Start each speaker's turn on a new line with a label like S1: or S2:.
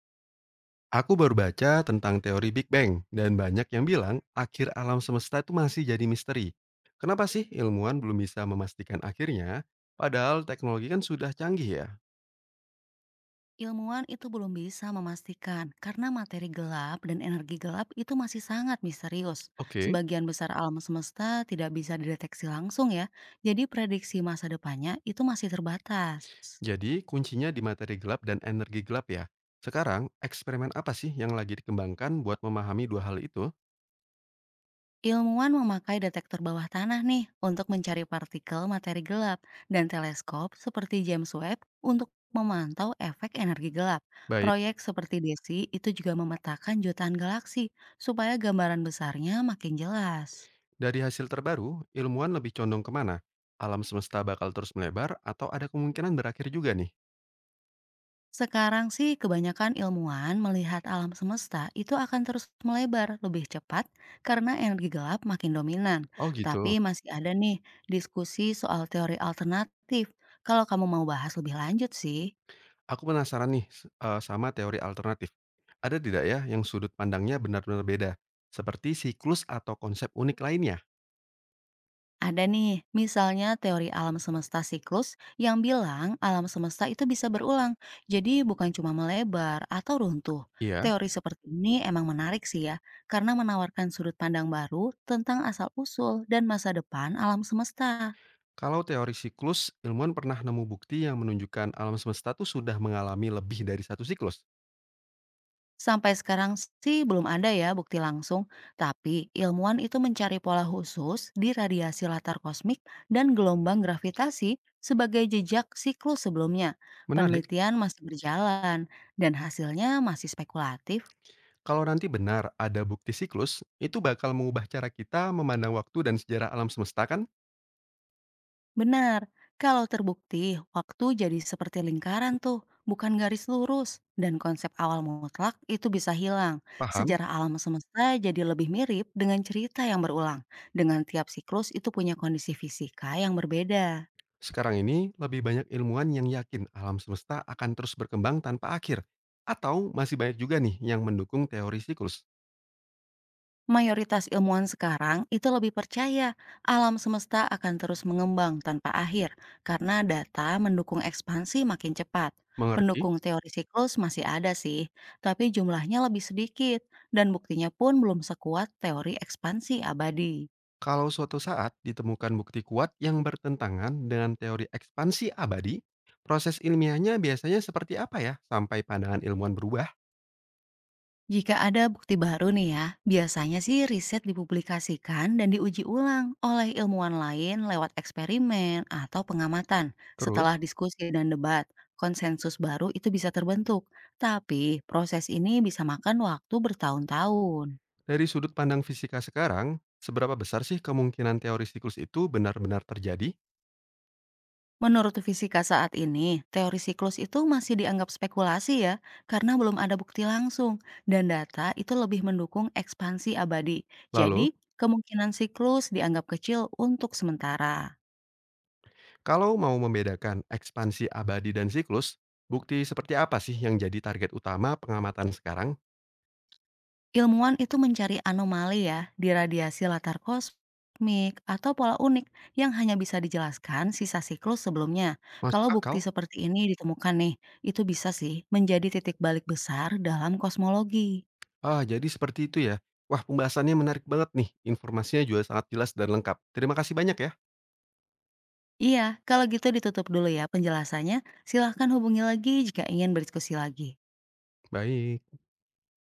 S1: Aku baru baca tentang teori Big Bang dan banyak yang bilang akhir alam semesta itu masih jadi misteri. Kenapa sih ilmuwan belum bisa memastikan akhirnya? Padahal teknologi kan sudah canggih ya.
S2: Ilmuwan itu belum bisa memastikan karena materi gelap dan energi gelap itu masih sangat misterius.
S1: Oke.
S2: Sebagian besar alam semesta tidak bisa dideteksi langsung ya, jadi prediksi masa depannya itu masih terbatas.
S1: Jadi kuncinya di materi gelap dan energi gelap ya. Sekarang eksperimen apa sih yang lagi dikembangkan buat memahami dua hal itu?
S2: Ilmuwan memakai detektor bawah tanah nih untuk mencari partikel materi gelap dan teleskop seperti James Webb untuk memantau efek energi gelap.
S1: Baik.
S2: Proyek seperti DESI itu juga memetakan jutaan galaksi supaya gambaran besarnya makin jelas.
S1: Dari hasil terbaru, ilmuwan lebih condong kemana? Alam semesta bakal terus melebar atau ada kemungkinan berakhir juga nih?
S2: Sekarang sih kebanyakan ilmuwan melihat alam semesta itu akan terus melebar lebih cepat karena energi gelap makin dominan.
S1: Oh
S2: Tapi
S1: gitu.
S2: masih ada nih diskusi soal teori alternatif. Kalau kamu mau bahas lebih lanjut sih.
S1: Aku penasaran nih sama teori alternatif. Ada tidak ya yang sudut pandangnya benar-benar beda, seperti siklus atau konsep unik lainnya?
S2: Ada nih, misalnya teori alam semesta siklus yang bilang alam semesta itu bisa berulang, jadi bukan cuma melebar atau runtuh.
S1: Iya.
S2: Teori seperti ini emang menarik sih ya, karena menawarkan sudut pandang baru tentang asal-usul dan masa depan alam semesta.
S1: Kalau teori siklus, ilmuwan pernah nemu bukti yang menunjukkan alam semesta itu sudah mengalami lebih dari satu siklus.
S2: Sampai sekarang sih belum ada ya bukti langsung, tapi ilmuwan itu mencari pola khusus di radiasi latar kosmik dan gelombang gravitasi sebagai jejak siklus sebelumnya.
S1: Menarik,
S2: Penelitian masih berjalan dan hasilnya masih spekulatif.
S1: kalau nanti benar ada bukti siklus, itu bakal mengubah cara kita memandang waktu dan sejarah alam semesta kan?
S2: Benar, kalau terbukti, waktu jadi seperti lingkaran tuh, bukan garis lurus. Dan konsep awal mutlak itu bisa hilang.
S1: Paham?
S2: Sejarah alam semesta jadi lebih mirip dengan cerita yang berulang. Dengan tiap siklus itu punya kondisi fisika yang berbeda.
S1: Sekarang ini lebih banyak ilmuwan yang yakin alam semesta akan terus berkembang tanpa akhir. Atau masih banyak juga nih yang mendukung teori siklus.
S2: Mayoritas ilmuwan sekarang itu lebih percaya alam semesta akan terus mengembang tanpa akhir karena data mendukung ekspansi makin cepat.
S1: Mengerti?
S2: Pendukung teori siklus masih ada sih, tapi jumlahnya lebih sedikit dan buktinya pun belum sekuat teori ekspansi abadi.
S1: Kalau suatu saat ditemukan bukti kuat yang bertentangan dengan teori ekspansi abadi, proses ilmiahnya biasanya seperti apa ya sampai pandangan ilmuwan berubah?
S2: Jika ada bukti baru nih ya, biasanya sih riset dipublikasikan dan diuji ulang oleh ilmuwan lain lewat eksperimen atau pengamatan.
S1: Terus,
S2: Setelah diskusi dan debat, konsensus baru itu bisa terbentuk. Tapi proses ini bisa makan waktu bertahun-tahun.
S1: dari sudut pandang fisika sekarang, seberapa besar sih kemungkinan teori siklus itu benar-benar terjadi?
S2: Menurut fisika saat ini, teori siklus itu masih dianggap spekulasi ya, karena belum ada bukti langsung. Dan data itu lebih mendukung ekspansi abadi. Jadi,
S1: Lalu,
S2: kemungkinan siklus dianggap kecil untuk sementara.
S1: kalau mau membedakan ekspansi abadi dan siklus, bukti seperti apa sih yang jadi target utama pengamatan sekarang?
S2: Ilmuwan itu mencari anomali ya di radiasi latar kosmik atau pola unik yang hanya bisa dijelaskan sisa siklus sebelumnya. Kalau
S1: Masuk
S2: bukti
S1: akal?
S2: seperti ini ditemukan nih, itu bisa sih menjadi titik balik besar dalam kosmologi.
S1: Ah, jadi seperti itu ya. Wah, pembahasannya menarik banget nih. Informasinya juga sangat jelas dan lengkap. Terima kasih banyak ya.
S2: Iya, kalau gitu ditutup dulu ya penjelasannya. Silahkan hubungi lagi jika ingin berdiskusi lagi.
S1: Baik.